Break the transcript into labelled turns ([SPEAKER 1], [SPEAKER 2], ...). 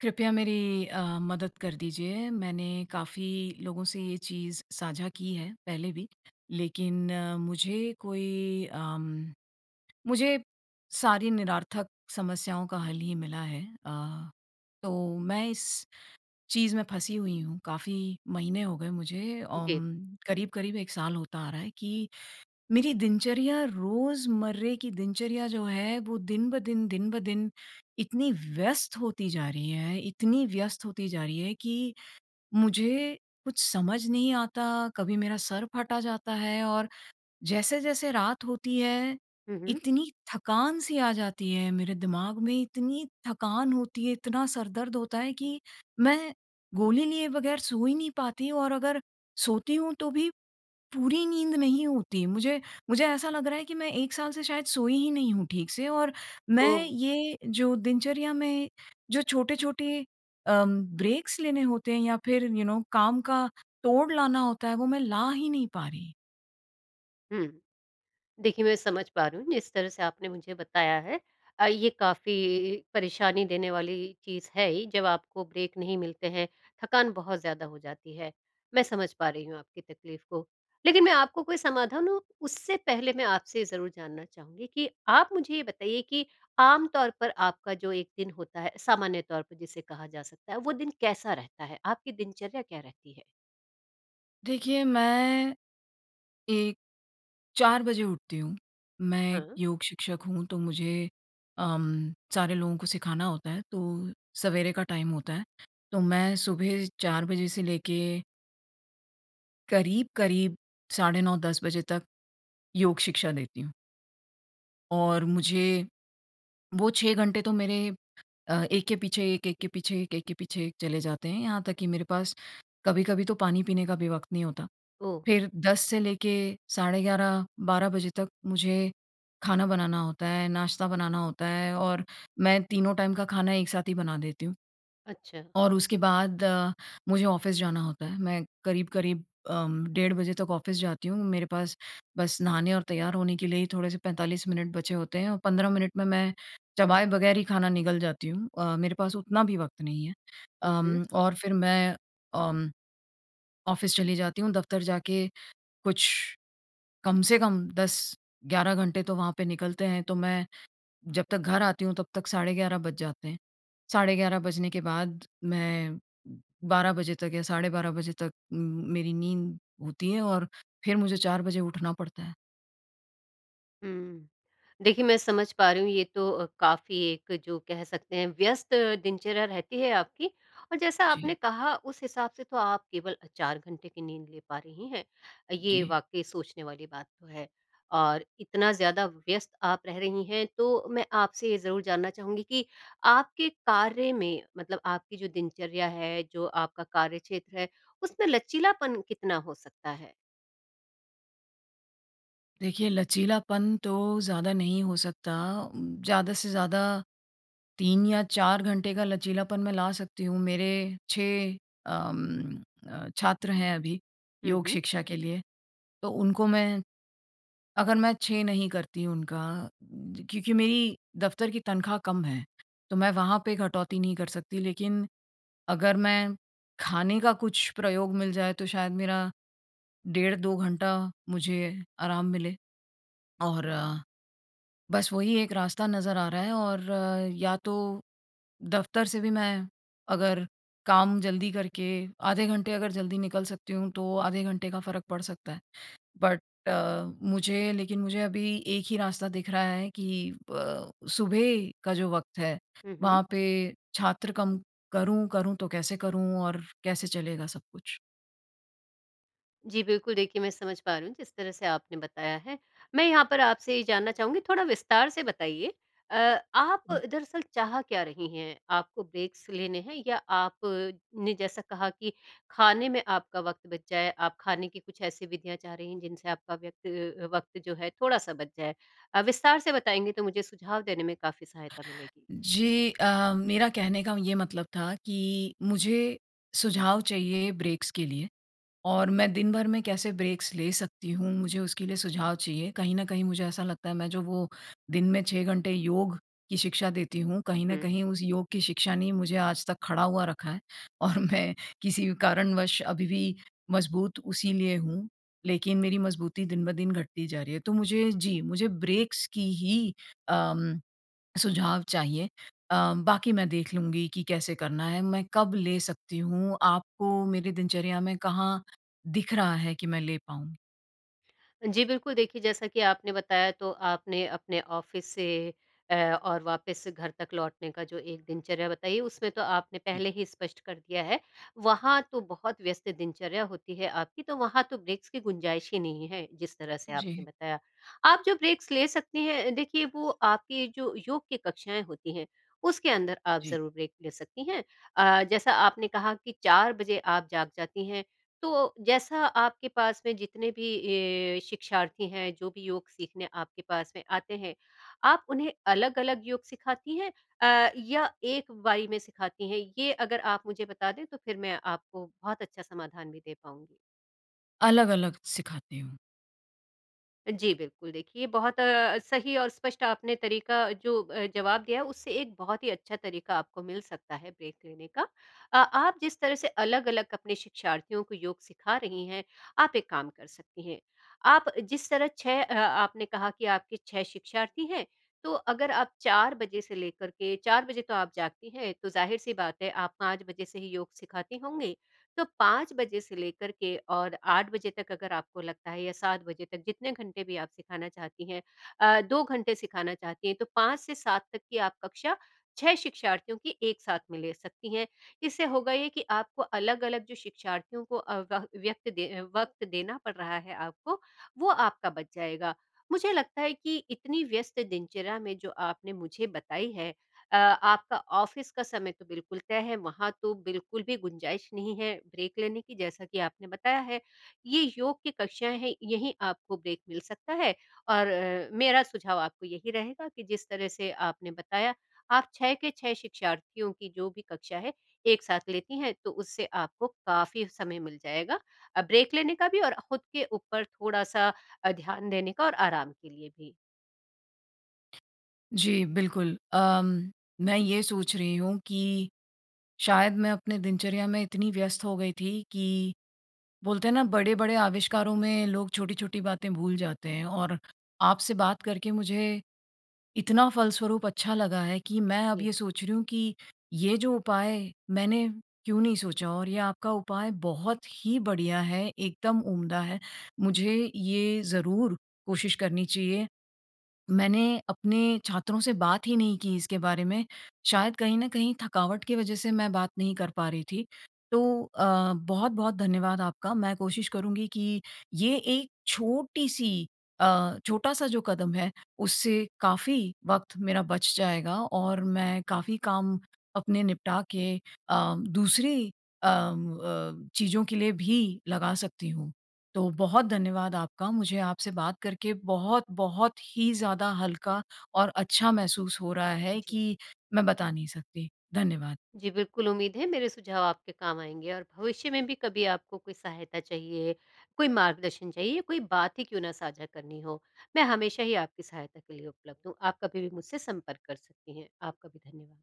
[SPEAKER 1] कृपया मेरी मदद कर दीजिए। मैंने काफ़ी लोगों से ये चीज़ साझा की है पहले भी, लेकिन मुझे सारी निरर्थक समस्याओं का हल ही मिला है। तो मैं इस चीज़ में फँसी हुई हूँ। काफ़ी महीने हो गए मुझे
[SPEAKER 2] जी।
[SPEAKER 1] करीब-करीब 1 साल होता आ रहा है कि मेरी दिनचर्या, रोज़मर्रे की दिनचर्या जो है वो दिन ब दिन इतनी व्यस्त होती जा रही है, इतनी व्यस्त होती जा रही है कि मुझे कुछ समझ नहीं आता। कभी मेरा सर फटा जाता है और जैसे-जैसे रात होती है,
[SPEAKER 2] हुँ, हुँ।
[SPEAKER 1] इतनी थकान सी आ जाती है मेरे दिमाग में, इतनी थकान होती है, इतना सर दर्द होता है कि मैं गोली लिए बगैर सो ही नहीं पाती और अगर सोती हूँ तो भी पूरी नींद नहीं होती। मुझे मुझे ऐसा लग रहा है कि मैं 1 साल से शायद सोई ही नहीं हूँ ठीक से। और
[SPEAKER 2] ओह!
[SPEAKER 1] मैं ये जो दिनचर्या में जो छोटे-छोटे ब्रेक्स लेने होते हैं या फिर यू you नो know, काम का तोड़ लाना होता है, वो मैं ला ही नहीं पा रही।
[SPEAKER 2] हुँ। देखिए, मैं समझ पा रही हूँ जिस तरह से आपने मुझे बताया है, ये काफ़ी परेशानी देने वाली चीज़ है ही जब आपको ब्रेक नहीं मिलते हैं, थकान बहुत ज़्यादा हो जाती है। मैं समझ पा रही हूँ आपकी तकलीफ़ को। लेकिन मैं आपको कोई समाधान दूँ उससे पहले मैं आपसे ज़रूर जानना चाहूँगी कि आप मुझे ये बताइए कि आम तौर पर आपका जो एक दिन होता है, सामान्य तौर पर जिसे कहा जा सकता है, वो दिन कैसा रहता है? आपकी दिनचर्या क्या रहती है?
[SPEAKER 1] देखिए, मैं एक 4 बजे उठती हूँ। मैं एक
[SPEAKER 2] हाँ।
[SPEAKER 1] योग शिक्षक हूँ, तो मुझे सारे लोगों को सिखाना होता है, तो सवेरे का टाइम होता है। तो मैं सुबह 4 बजे से लेके करीब-करीब साढ़े 9 10 बजे तक योग शिक्षा देती हूँ और मुझे वो 6 घंटे तो मेरे एक के पीछे एक, एक के पीछे एक, एक के पीछे एक चले जाते हैं, यहाँ तक कि मेरे पास कभी-कभी तो पानी पीने का भी वक़्त नहीं होता।
[SPEAKER 2] ओह!
[SPEAKER 1] फिर 10 से लेके साढ़े 11 12 बजे तक मुझे खाना बनाना होता है, नाश्ता बनाना होता है और मैं तीनों टाइम का खाना एक साथ ही बना देती हूँ।
[SPEAKER 2] अच्छा।
[SPEAKER 1] और उसके बाद मुझे ऑफ़िस जाना होता है। मैं करीब-करीब डेढ़ बजे तक ऑफ़िस जाती हूँ। मेरे पास बस नहाने और तैयार होने के लिए ही थोड़े से 45 मिनट बचे होते हैं और 15 मिनट में मैं चबाए बगैर ही खाना निगल जाती हूँ। मेरे पास उतना भी वक़्त नहीं है।
[SPEAKER 2] हुँ, हुँ।
[SPEAKER 1] और फिर मैं अम, ऑफ़िस चली जाती हूँ। दफ़्तर जाके कुछ कम से कम 10-11 घंटे तो वहाँ पे निकलते हैं। तो मैं जब तक घर आती हूँ तब तक 11:30 बज जाते हैं। 11:30 बजने के बाद मैं 12 बजे तक या 12:30 बजे तक मेरी नींद होती है और फिर मुझे 4 बजे उठना पड़ता है।
[SPEAKER 2] हुँ। देखिए, मैं समझ पा रही हूँ ये तो काफ़ी एक जो कह सकते हैं व्यस्त दिनचर्या रहती है आपकी, और जैसा आपने
[SPEAKER 1] जी,
[SPEAKER 2] कहा उस हिसाब से तो आप केवल 4 घंटे की नींद ले पा रही हैं। ये
[SPEAKER 1] जी।
[SPEAKER 2] वाक़ई सोचने वाली बात तो है, और इतना ज़्यादा व्यस्त आप रह रही हैं तो मैं आपसे ये ज़रूर जानना चाहूँगी कि आपके कार्य में मतलब आपकी जो दिनचर्या है, जो आपका कार्यक्षेत्र है, उसमें लचीलापन कितना हो सकता है?
[SPEAKER 1] देखिए, लचीलापन तो ज़्यादा नहीं हो सकता। ज़्यादा से ज़्यादा 3 या 4 घंटे का लचीलापन मैं ला सकती हूँ। मेरे 6 अम, छात्र हैं अभी
[SPEAKER 2] हुँ,
[SPEAKER 1] योग
[SPEAKER 2] हुँ।
[SPEAKER 1] शिक्षा के लिए, तो उनको मैं, अगर मैं 6 नहीं करती उनका ज क्योंकि मेरी दफ़्तर की तनख़्वाह कम है, तो मैं वहाँ पे कटौती नहीं कर सकती। लेकिन अगर मैं खाने का कुछ प्रयोग मिल जाए तो शायद मेरा डेढ़ 2 घंटा मुझे आराम मिले और बस वही एक रास्ता नज़र आ रहा है। और या तो दफ़्तर से भी मैं, अगर काम जल्दी करके आधे घंटे अगर जल्दी निकल सकती हूँ, तो आधे घंटे का फ़र्क पड़ सकता है। बट अ, मुझे लेकिन मुझे अभी एक ही रास्ता दिख रहा है कि अ, सुबह का जो वक़्त है,
[SPEAKER 2] हुँ, हुँ।
[SPEAKER 1] वहाँ पे छात्र कम करूँ, तो कैसे करूँ और कैसे चलेगा सब कुछ?
[SPEAKER 2] जी, बिल्कुल, देखिए, मैं समझ पा रही हूँ जिस तरह से आपने बताया है। मैं यहाँ पर आपसे ये जानना चाहूँगी, थोड़ा विस्तार से बताइए। अ, आप दरअसल चाह क्या रही हैं? आपको ब्रेक्स लेने हैं या आप ने जैसा कहा कि खाने में आपका वक़्त बच जाए, आप खाने की कुछ ऐसी विधियाँ चाह रही हैं जिनसे आपका वक़्त जो है थोड़ा-सा बच जाए? विस्तार से बताएँगे तो मुझे सुझाव देने में काफ़ी सहायता मिलेगी।
[SPEAKER 1] जी, मेरा कहने का ये मतलब था कि मुझे सुझाव चाहिए ब्रेक्स के लिए। और मैं दिन भर में कैसे ब्रेक्स ले सकती हूँ, मुझे उसके लिए सुझाव चाहिए। कहीं न कहीं मुझे ऐसा लगता है मैं जो वो दिन में 6 घंटे योग की शिक्षा देती हूँ, कहीं न
[SPEAKER 2] हुँ।
[SPEAKER 1] कहीं उस योग की शिक्षा ने मुझे आज तक खड़ा हुआ रखा है और मैं किसी कारणवश अभी भी मज़बूत उसी लिए हूँ, लेकिन मेरी मज़बूती दिन-ब-दिन घटती जा रही है। तो मुझे, जी, मुझे ब्रेक्स की ही अम सुझाव चाहिए। अ, बाकी मैं देख लूँगी कि कैसे करना है, मैं कब ले सकती हूँ, आपको मेरी दिनचर्या में कहाँ दिख रहा है कि मैं ले पाऊँ?
[SPEAKER 2] जी, बिल्कुल, देखिए, जैसा कि आपने बताया तो आपने अपने ऑफ़िस से अ, और वापस घर तक लौटने का जो एक दिनचर्या बताई, उसमें तो आपने
[SPEAKER 1] जी।
[SPEAKER 2] पहले ही स्पष्ट कर दिया है। वहाँ तो बहुत व्यस्त दिनचर्या होती है आपकी, तो वहाँ तो ब्रेक्स की गुंजाइश ही नहीं है, जिस तरह से आपने
[SPEAKER 1] जी,
[SPEAKER 2] बताया। आप जो ब्रेक्स ले सकती हैं, देखिए वो आपकी जो योग की कक्षाएँ होती हैं, उसके अंदर आप
[SPEAKER 1] जी।
[SPEAKER 2] ज़रूर ब्रेक ले सकती हैं। जैसा आपने कहा कि 4 बजे आप जाग जाती हैं, तो जैसा आपके पास में जितने भी शिक्षार्थी हैं, जो भी योग सीखने आपके पास में आते हैं, आप उन्हें अलग-अलग योग सिखाती हैं या एक बारी में सिखाती हैं? ये अगर आप मुझे बता दें तो फिर मैं आपको बहुत अच्छा समाधान भी दे पाऊँगी।
[SPEAKER 1] अलग-अलग सिखाती हूँ।
[SPEAKER 2] जी, बिल्कुल, देखिए, बहुत सही और स्पष्ट आपने तरीका जो जवाब दिया है, उससे एक बहुत ही अच्छा तरीका आपको मिल सकता है ब्रेक लेने का। आप जिस तरह से अलग-अलग अपने शिक्षार्थियों को योग सिखा रही हैं, आप एक काम कर सकती हैं। आप जिस तरह आपने कहा कि आपके 6 शिक्षार्थी हैं, तो अगर आप 4 बजे से लेकर के 4 बजे तो आप जागती हैं, तो ज़ाहिर-सी बात है आप 5 बजे से ही योग सिखाती होंगी। तो 5 बजे से लेकर के और 8 बजे तक अगर आपको लगता है या 7 बजे तक, जितने घंटे भी आप सिखाना चाहती हैं, 2 घंटे सिखाना चाहती हैं, तो 5 से 7 तक की आप कक्षा 6 शिक्षार्थियों की एक साथ में ले सकती हैं। इससे होगा ये कि आपको अलग-अलग जो शिक्षार्थियों को अ, व व्यक्त दे वक़्त देना पड़ रहा है आपको, वो आपका बच जाएगा। मुझे लगता है कि इतनी व्यस्त दिनचर्या में जो आपने मुझे बताई है, आपका ऑफिस का समय तो बिल्कुल तय है, वहाँ तो बिल्कुल भी गुंजाइश नहीं है ब्रेक लेने की, जैसा कि आपने बताया है। ये योग की कक्षाएँ हैं, यहीं आपको ब्रेक मिल सकता है, और मेरा सुझाव आपको यही रहेगा कि जिस तरह से आपने बताया, आप 6 के 6 शिक्षार्थियों की जो भी कक्षा है, एक साथ लेती हैं, तो उससे आपको काफ़ी समय मिल जाएगा, ब्रेक लेने का भी और खुद के ऊपर थोड़ा-सा ध्यान देने का और आराम के लिए भी।
[SPEAKER 1] जी, बिल्कुल। मैं ये सोच रही हूँ कि शायद मैं अपने दिनचर्या में इतनी व्यस्त हो गई थी कि बोलते हैं ना, बड़े-बड़े आविष्कारों में लोग छोटी-छोटी बातें भूल जाते हैं। और आपसे बात करके मुझे इतना फलस्वरूप अच्छा लगा है कि मैं अब
[SPEAKER 2] जी।
[SPEAKER 1] ये सोच रही हूँ कि ये जो उपाय मैंने क्यों नहीं सोचा, और ये आपका उपाय बहुत ही बढ़िया है, एकदम उम्दा है। मुझे ये ज़रूर कोशिश करनी चाहिए। मैंने अपने छात्रों से बात ही नहीं की इसके बारे में, शायद कहीं न कहीं थकावट की वजह से मैं बात नहीं कर पा रही थी। तो बहुत-बहुत धन्यवाद आपका। मैं कोशिश करूँगी कि ये एक छोटा-सा जो कदम है, उससे काफ़ी वक़्त मेरा बच जाएगा और मैं काफ़ी काम अपने निपटा के दूसरी चीज़ों के लिए भी लगा सकती हूँ। तो बहुत धन्यवाद आपका। मुझे आपसे बात करके बहुत, बहुत ही ज़्यादा हल्का और अच्छा महसूस हो रहा है
[SPEAKER 2] जी।
[SPEAKER 1] कि मैं बता नहीं सकती। धन्यवाद।
[SPEAKER 2] जी, बिल्कुल, उम्मीद है मेरे सुझाव आपके काम आएँगे, और भविष्य में भी कभी आपको कोई सहायता चाहिए, कोई मार्गदर्शन चाहिए, कोई बात ही क्यों ना साझा करनी हो, मैं हमेशा ही आपकी सहायता के लिए उपलब्ध हूँ। आप कभी भी मुझसे संपर्क कर सकती हैं। आपका भी धन्यवाद।